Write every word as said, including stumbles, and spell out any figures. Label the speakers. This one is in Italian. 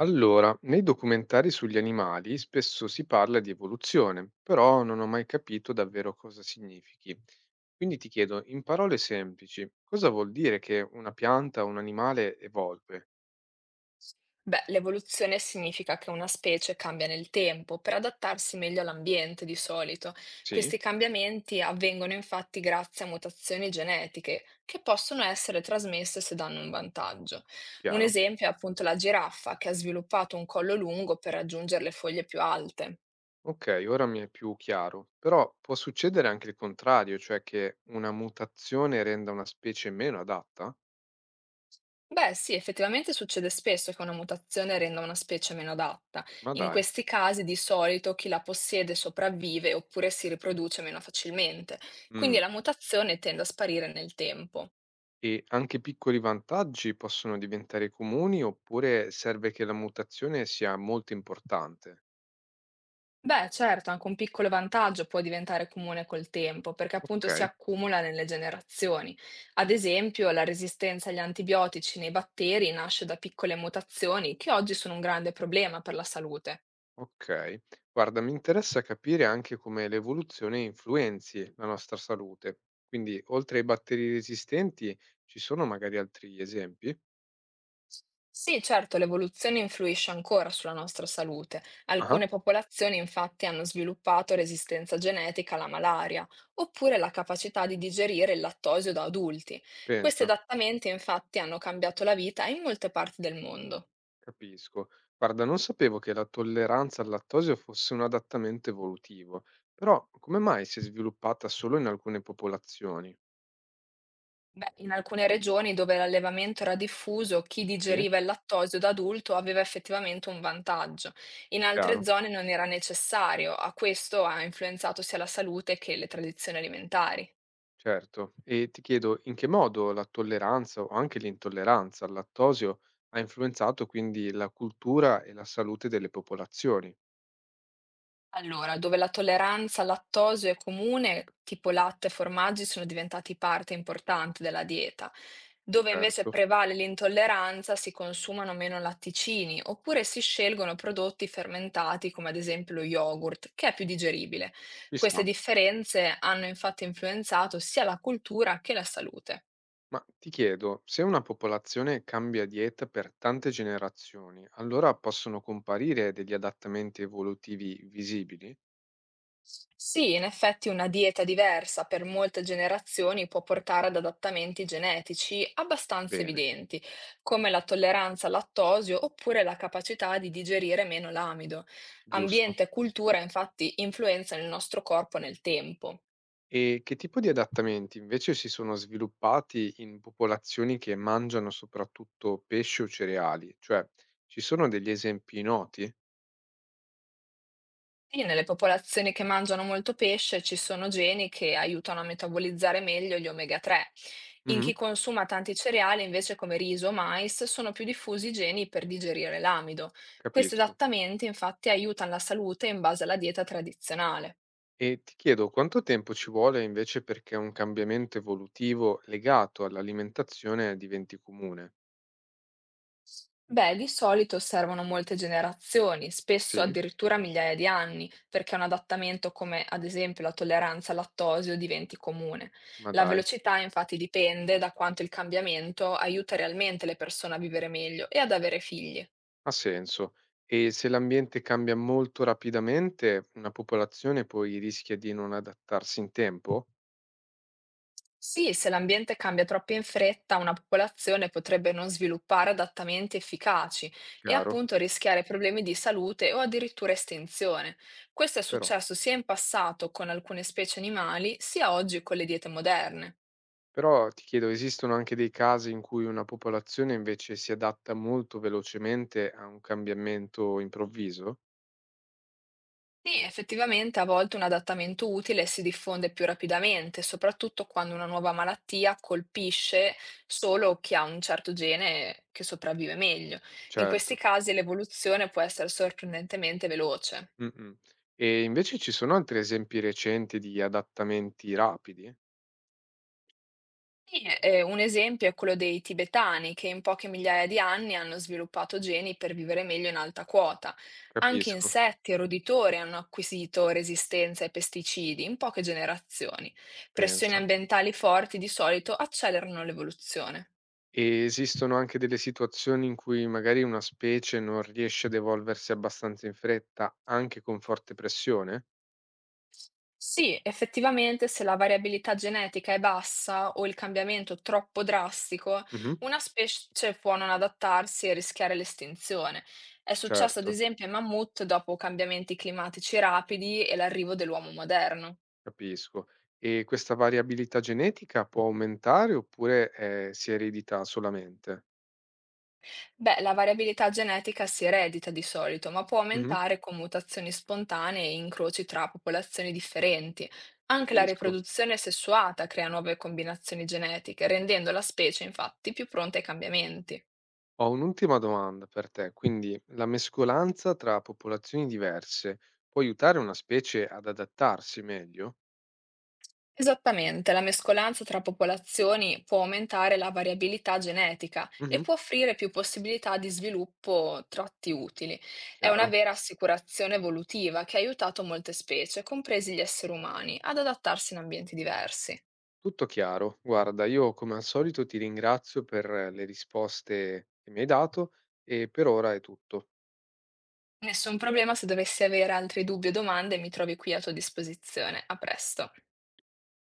Speaker 1: Allora, nei documentari sugli animali spesso si parla di evoluzione, però non ho mai capito davvero cosa significhi. Quindi ti chiedo, in parole semplici, cosa vuol dire che una pianta o un animale evolve?
Speaker 2: Beh, l'evoluzione significa che una specie cambia nel tempo per adattarsi meglio all'ambiente di solito.
Speaker 1: Sì,
Speaker 2: Questi cambiamenti avvengono infatti grazie a mutazioni genetiche che possono essere trasmesse se danno un vantaggio. Un
Speaker 1: chiaro.
Speaker 2: esempio è appunto la giraffa che ha sviluppato un collo lungo per raggiungere le foglie più alte.
Speaker 1: Ok, ora mi è più chiaro, però può succedere anche il contrario, cioè che una mutazione renda una specie meno adatta?
Speaker 2: Beh, sì, effettivamente succede spesso che una mutazione renda una specie meno adatta.
Speaker 1: Ma
Speaker 2: In
Speaker 1: dai.
Speaker 2: questi casi di solito chi la possiede sopravvive oppure si riproduce meno facilmente, quindi
Speaker 1: Mm.
Speaker 2: la mutazione tende a sparire nel tempo.
Speaker 1: E anche piccoli vantaggi possono diventare comuni oppure serve che la mutazione sia molto importante?
Speaker 2: Beh, certo, anche un piccolo vantaggio può diventare comune col tempo, perché appunto si
Speaker 1: Ok.
Speaker 2: accumula nelle generazioni. Ad esempio, la resistenza agli antibiotici nei batteri nasce da piccole mutazioni che oggi sono un grande problema per la salute.
Speaker 1: Ok, guarda, mi interessa capire anche come l'evoluzione influenzi la nostra salute. Quindi, oltre ai batteri resistenti, ci sono magari altri esempi?
Speaker 2: Sì, certo, l'evoluzione influisce ancora sulla nostra salute.
Speaker 1: Ah,
Speaker 2: Alcune popolazioni infatti hanno sviluppato resistenza genetica alla malaria, oppure la capacità di digerire il lattosio da adulti. Questi
Speaker 1: pensa,
Speaker 2: adattamenti infatti hanno cambiato la vita in molte parti del mondo.
Speaker 1: capisco. Guarda, non sapevo che la tolleranza al lattosio fosse un adattamento evolutivo, però come mai si è sviluppata solo in alcune popolazioni?
Speaker 2: Beh, in alcune regioni dove l'allevamento era diffuso, chi
Speaker 1: Sì,
Speaker 2: digeriva il lattosio da adulto aveva effettivamente un vantaggio. In altre
Speaker 1: chiaro.
Speaker 2: zone non era necessario, a questo ha influenzato sia la salute che le tradizioni alimentari.
Speaker 1: Certo, e ti chiedo in che modo la tolleranza o anche l'intolleranza al lattosio ha influenzato quindi la cultura e la salute delle popolazioni?
Speaker 2: Allora, dove la tolleranza al lattosio è comune, tipo latte e formaggi sono diventati parte importante della dieta. Dove invece
Speaker 1: Certo,
Speaker 2: prevale l'intolleranza, si consumano meno latticini, oppure si scelgono prodotti fermentati, come ad esempio lo yogurt, che è più digeribile.
Speaker 1: ci
Speaker 2: Queste
Speaker 1: sta.
Speaker 2: differenze hanno infatti influenzato sia la cultura che la salute.
Speaker 1: Ma ti chiedo, se una popolazione cambia dieta per tante generazioni, allora possono comparire degli adattamenti evolutivi visibili?
Speaker 2: Sì, in effetti una dieta diversa per molte generazioni può portare ad adattamenti genetici abbastanza
Speaker 1: Bene,
Speaker 2: evidenti, come la tolleranza al lattosio oppure la capacità di digerire meno l'amido.
Speaker 1: giusto.
Speaker 2: Ambiente e cultura infatti influenzano il nostro corpo nel tempo.
Speaker 1: E che tipo di adattamenti invece si sono sviluppati in popolazioni che mangiano soprattutto pesce o cereali? Cioè, ci sono degli esempi noti?
Speaker 2: Sì, nelle popolazioni che mangiano molto pesce ci sono geni che aiutano a metabolizzare meglio gli omega tre. In
Speaker 1: Mhm,
Speaker 2: chi consuma tanti cereali, invece come riso o mais, sono più diffusi i geni per digerire l'amido. Questi
Speaker 1: capisco.
Speaker 2: adattamenti infatti aiutano la salute in base alla dieta tradizionale.
Speaker 1: E ti chiedo quanto tempo ci vuole invece perché un cambiamento evolutivo legato all'alimentazione diventi comune?
Speaker 2: Beh, di solito servono molte generazioni, spesso
Speaker 1: Sì,
Speaker 2: addirittura migliaia di anni, perché un adattamento come ad esempio la tolleranza al lattosio diventi comune.
Speaker 1: ma
Speaker 2: La
Speaker 1: dai,
Speaker 2: velocità infatti dipende da quanto il cambiamento aiuta realmente le persone a vivere meglio e ad avere figli.
Speaker 1: ha senso. E se l'ambiente cambia molto rapidamente, una popolazione poi rischia di non adattarsi in tempo?
Speaker 2: Sì, se l'ambiente cambia troppo in fretta, una popolazione potrebbe non sviluppare adattamenti efficaci e
Speaker 1: Chiaro,
Speaker 2: appunto rischiare problemi di salute o addirittura estinzione. Questo è
Speaker 1: però.
Speaker 2: successo sia in passato con alcune specie animali, sia oggi con le diete moderne.
Speaker 1: Però ti chiedo, esistono anche dei casi in cui una popolazione invece si adatta molto velocemente a un cambiamento improvviso?
Speaker 2: Sì, effettivamente a volte un adattamento utile si diffonde più rapidamente, soprattutto quando una nuova malattia colpisce solo chi ha un certo gene che sopravvive meglio. In questi
Speaker 1: Certo.
Speaker 2: casi l'evoluzione può essere sorprendentemente veloce.
Speaker 1: Mh-mh. E invece ci sono altri esempi recenti di adattamenti rapidi?
Speaker 2: Sì, ehm, un esempio è quello dei tibetani, che in poche migliaia di anni hanno sviluppato geni per vivere meglio in alta quota. Anche
Speaker 1: Capisco,
Speaker 2: insetti e roditori hanno acquisito resistenza ai pesticidi in poche generazioni. Pressioni
Speaker 1: pensa.
Speaker 2: ambientali forti di solito accelerano l'evoluzione.
Speaker 1: E esistono anche delle situazioni in cui magari una specie non riesce ad evolversi abbastanza in fretta, anche con forte pressione?
Speaker 2: Sì, effettivamente se la variabilità genetica è bassa o il cambiamento troppo drastico,
Speaker 1: Mh-mh.
Speaker 2: una specie può non adattarsi e rischiare l'estinzione. È successo ad
Speaker 1: Certo.
Speaker 2: esempio ai mammut dopo cambiamenti climatici rapidi e l'arrivo dell'uomo moderno.
Speaker 1: Capisco. E questa variabilità genetica può aumentare oppure, ehm, si eredita solamente?
Speaker 2: Beh, la variabilità genetica si eredita di solito, ma può
Speaker 1: Mh-mh.
Speaker 2: aumentare con mutazioni spontanee e incroci tra popolazioni differenti. Anche la
Speaker 1: Capisco.
Speaker 2: riproduzione sessuata crea nuove combinazioni genetiche, rendendo la specie infatti più pronta ai cambiamenti.
Speaker 1: Ho un'ultima domanda per te, quindi la mescolanza tra popolazioni diverse può aiutare una specie ad adattarsi meglio?
Speaker 2: Esattamente, la mescolanza tra popolazioni può aumentare la variabilità genetica e
Speaker 1: Mh-mh.
Speaker 2: può offrire più possibilità di sviluppo tratti utili. È una
Speaker 1: Chiaro,
Speaker 2: vera assicurazione evolutiva che ha aiutato molte specie, compresi gli esseri umani, ad adattarsi in ambienti diversi.
Speaker 1: tutto chiaro. Guarda, io come al solito ti ringrazio per le risposte che mi hai dato e per ora è tutto.
Speaker 2: Nessun problema, se dovessi avere altri dubbi o domande, mi trovi qui a tua disposizione. A presto.